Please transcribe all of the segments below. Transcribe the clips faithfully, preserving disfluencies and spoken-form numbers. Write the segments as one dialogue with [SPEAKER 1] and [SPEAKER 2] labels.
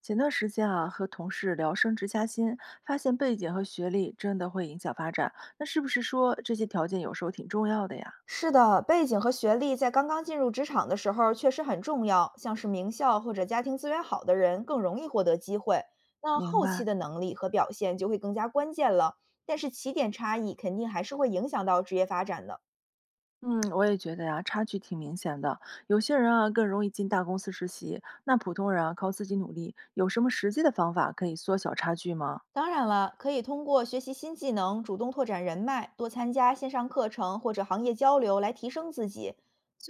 [SPEAKER 1] 前段时间啊，和同事聊升职加薪，发现背景和学历真的会影响发展。那是不是说这些条件有时候挺重要的呀？
[SPEAKER 2] 是的，背景和学历在刚刚进入职场的时候确实很重要，像是名校或者家庭资源好的人更容易获得机会，那
[SPEAKER 1] 明
[SPEAKER 2] 后期
[SPEAKER 1] 白。
[SPEAKER 2] 的能力和表现就会更加关键了。但是起点差异肯定还是会影响到职业发展的。
[SPEAKER 1] 嗯，我也觉得呀，差距挺明显的。有些人啊更容易进大公司实习，那普通人啊靠自己努力，有什么实际的方法可以缩小差距吗？
[SPEAKER 2] 当然了，可以通过学习新技能、主动拓展人脉、多参加线上课程或者行业交流来提升自己。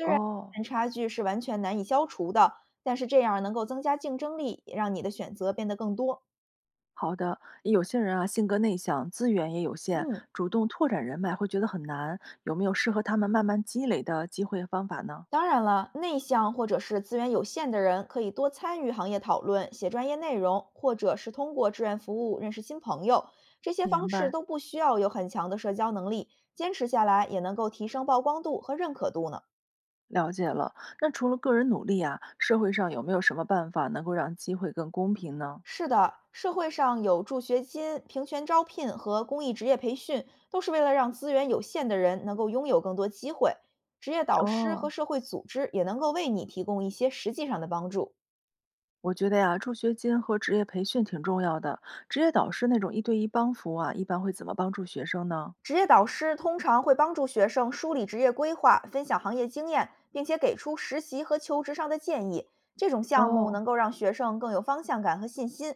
[SPEAKER 1] 哦，
[SPEAKER 2] 但差距是完全难以消除的，但是这样能够增加竞争力，也让你的选择变得更多。
[SPEAKER 1] 好的。有些人啊性格内向，资源也有限，
[SPEAKER 2] 嗯。
[SPEAKER 1] 主动拓展人脉会觉得很难。有没有适合他们慢慢积累的机会和方法呢？
[SPEAKER 2] 当然了，内向或者是资源有限的人，可以多参与行业讨论，写专业内容，或者是通过志愿服务认识新朋友。这些方
[SPEAKER 1] 明
[SPEAKER 2] 式
[SPEAKER 1] 白。
[SPEAKER 2] 都不需要有很强的社交能力，坚持下来也能够提升曝光度和认可度呢。
[SPEAKER 1] 了解了。那除了个人努力啊，社会上有没有什么办法能够让机会更公平呢？
[SPEAKER 2] 是的，社会上有助学金、平权招聘和公益职业培训，都是为了让资源有限的人能够拥有更多机会。职业导师
[SPEAKER 1] 哦，
[SPEAKER 2] 和社会组织也能够为你提供一些实际上的帮助。
[SPEAKER 1] 我觉得呀，助学金和职业培训挺重要的。职业导师那种一对一帮扶啊，一般会怎么帮助学生呢？
[SPEAKER 2] 职业导师通常会帮助学生梳理职业规划，分享行业经验，并且给出实习和求职上的建议。这种项目
[SPEAKER 1] 哦，
[SPEAKER 2] 能够让学生更有方向感和信心。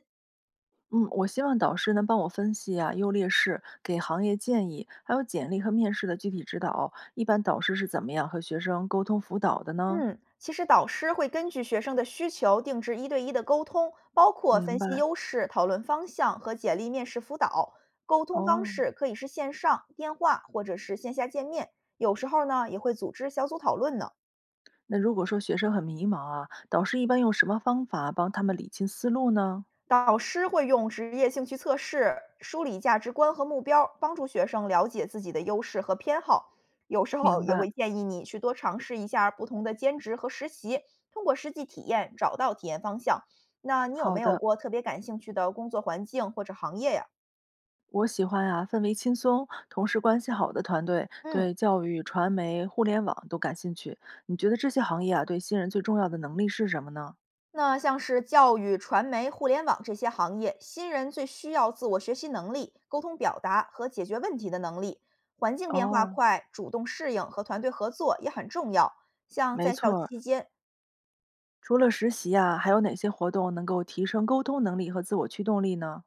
[SPEAKER 1] 嗯，我希望导师能帮我分析啊优劣势，给行业建议，还有简历和面试的具体指导。一般导师是怎么样和学生沟通辅导的呢？
[SPEAKER 2] 嗯，其实导师会根据学生的需求定制一对一的沟通，包括分
[SPEAKER 1] 明
[SPEAKER 2] 析
[SPEAKER 1] 白
[SPEAKER 2] 优势、讨论方向和简历面试辅导。沟通方
[SPEAKER 1] 哦。
[SPEAKER 2] 式可以是线上、电话或者是线下见面，有时候呢也会组织小组讨论呢。
[SPEAKER 1] 那如果说学生很迷茫啊，导师一般用什么方法帮他们理清思路呢？
[SPEAKER 2] 导师会用职业兴趣测试梳理价值观和目标，帮助学生了解自己的优势和偏好。有时候
[SPEAKER 1] 明
[SPEAKER 2] 也
[SPEAKER 1] 白，
[SPEAKER 2] 会建议你去多尝试一下不同的兼职和实习，通过实际体验找到体验方向。那你有
[SPEAKER 1] 好
[SPEAKER 2] 没有
[SPEAKER 1] 的。
[SPEAKER 2] 过特别感兴趣的工作环境或者行业呀？
[SPEAKER 1] 我喜欢呀、氛围轻松、同事关系好的团队，
[SPEAKER 2] 嗯。
[SPEAKER 1] 对教育、传媒、互联网都感兴趣。你觉得这些行业啊，对新人最重要的能力是什么呢？
[SPEAKER 2] 那像是教育、传媒、互联网这些行业，新人最需要自我学习能力、沟通表达和解决问题的能力。环境变化
[SPEAKER 1] 哦，
[SPEAKER 2] 快，主动适应和团队合作也很重要。像
[SPEAKER 1] 没
[SPEAKER 2] 在
[SPEAKER 1] 错
[SPEAKER 2] 校
[SPEAKER 1] 儿。
[SPEAKER 2] 期间，
[SPEAKER 1] 除了实习啊，还有哪些活动能够提升沟通能力和自我驱动力呢？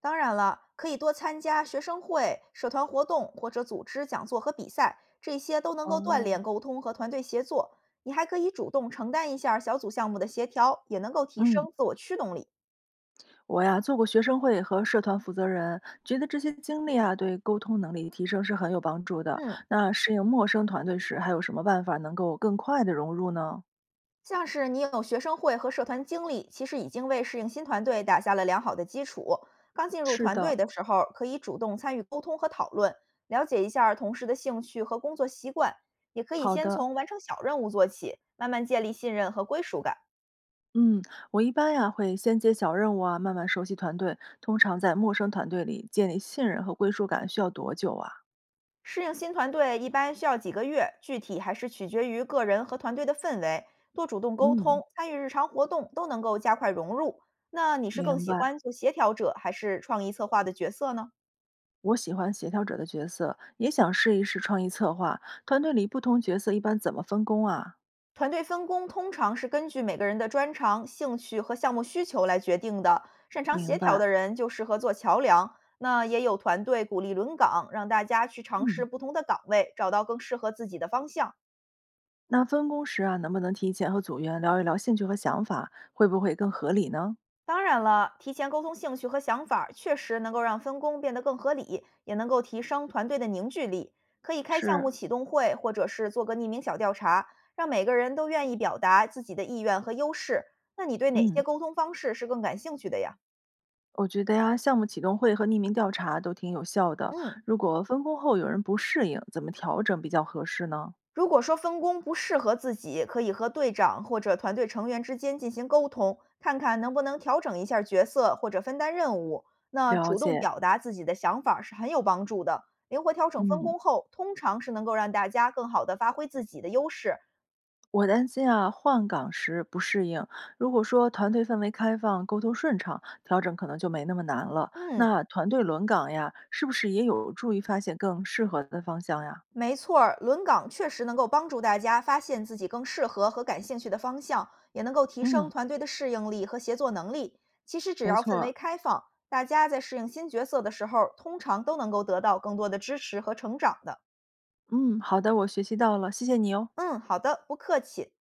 [SPEAKER 2] 当然了，可以多参加学生会、社团活动或者组织讲座和比赛，这些都能够锻
[SPEAKER 1] 哦，
[SPEAKER 2] 炼沟通和团队协作。你还可以主动承担一下儿小组项目的协调，也能够提
[SPEAKER 1] 嗯，
[SPEAKER 2] 升自我驱动力。
[SPEAKER 1] 我呀做过学生会和社团负责人，觉得这些经历啊对沟通能力提升是很有帮助的。
[SPEAKER 2] 嗯。
[SPEAKER 1] 那适应陌生团队时，还有什么办法能够更快的融入呢？
[SPEAKER 2] 像是你有学生会和社团经历，其实已经为适应新团队打下了良好的基础。刚进入
[SPEAKER 1] 是
[SPEAKER 2] 团队
[SPEAKER 1] 的，
[SPEAKER 2] 的时候，可以主动参与沟通和讨论，了解一下儿同事的兴趣和工作习惯，也可以
[SPEAKER 1] 好
[SPEAKER 2] 先
[SPEAKER 1] 的，
[SPEAKER 2] 从完成小任务做起，慢慢建立信任和归属感。
[SPEAKER 1] 嗯，我一般呀会先接小任务啊，慢慢熟悉团队。通常在陌生团队里建立信任和归属感需要多久啊？
[SPEAKER 2] 适应新团队一般需要几个月，具体还是取决于个人和团队的氛围。多主动沟通，
[SPEAKER 1] 嗯，
[SPEAKER 2] 参与日常活动，都能够加快融入。那你是更
[SPEAKER 1] 明
[SPEAKER 2] 喜
[SPEAKER 1] 白。
[SPEAKER 2] 欢做协调者还是创意策划的角色呢？
[SPEAKER 1] 我喜欢协调者的角色，也想试一试创意策划。团队里不同角色一般怎么分工啊？
[SPEAKER 2] 团队分工通常是根据每个人的专长、兴趣和项目需求来决定的。擅长
[SPEAKER 1] 明
[SPEAKER 2] 协调
[SPEAKER 1] 白。
[SPEAKER 2] 的人就适合做桥梁，那也有团队鼓励轮岗，让大家去尝试
[SPEAKER 1] 嗯，
[SPEAKER 2] 不同的岗位，找到更适合自己的方向。
[SPEAKER 1] 那分工时啊，能不能提前和组员聊一聊兴趣和想法，会不会更合理呢？
[SPEAKER 2] 当然了，提前沟通兴趣和想法，确实能够让分工变得更合理，也能够提升团队的凝聚力。可以开项目
[SPEAKER 1] 是，
[SPEAKER 2] 启动会，或者是做个匿名小调查，让每个人都愿意表达自己的意愿和优势。那你对哪些
[SPEAKER 1] 嗯。
[SPEAKER 2] 沟通方式是更感兴趣的呀？
[SPEAKER 1] 我觉得呀，项目启动会和匿名调查都挺有效的。
[SPEAKER 2] 嗯。
[SPEAKER 1] 如果分工后有人不适应，怎么调整比较合适呢？
[SPEAKER 2] 如果说分工不适合自己，可以和队长或者团队成员之间进行沟通，看看能不能调整一下角色或者分担任务。那
[SPEAKER 1] 了
[SPEAKER 2] 主动
[SPEAKER 1] 解，
[SPEAKER 2] 表达自己的想法是很有帮助的。灵活调整分
[SPEAKER 1] 嗯，
[SPEAKER 2] 工后，通常是能够让大家更好的发挥自己的优势。
[SPEAKER 1] 我担心啊，换岗时不适应。如果说团队氛围开放，沟通顺畅，调整可能就没那么难了。
[SPEAKER 2] 嗯，
[SPEAKER 1] 那团队轮岗呀，是不是也有助于发现更适合的方向呀？
[SPEAKER 2] 没错儿，轮岗确实能够帮助大家发现自己更适合和感兴趣的方向，也能够提升
[SPEAKER 1] 嗯，
[SPEAKER 2] 团队的适应力和协作能力。其实只
[SPEAKER 1] 没
[SPEAKER 2] 要
[SPEAKER 1] 错
[SPEAKER 2] 氛围
[SPEAKER 1] 儿。
[SPEAKER 2] 开放，大家在适应新角色的时候，通常都能够得到更多的支持和成长的。
[SPEAKER 1] 嗯，好的，我学习到了，谢谢你哦。
[SPEAKER 2] 嗯，好的，不客气。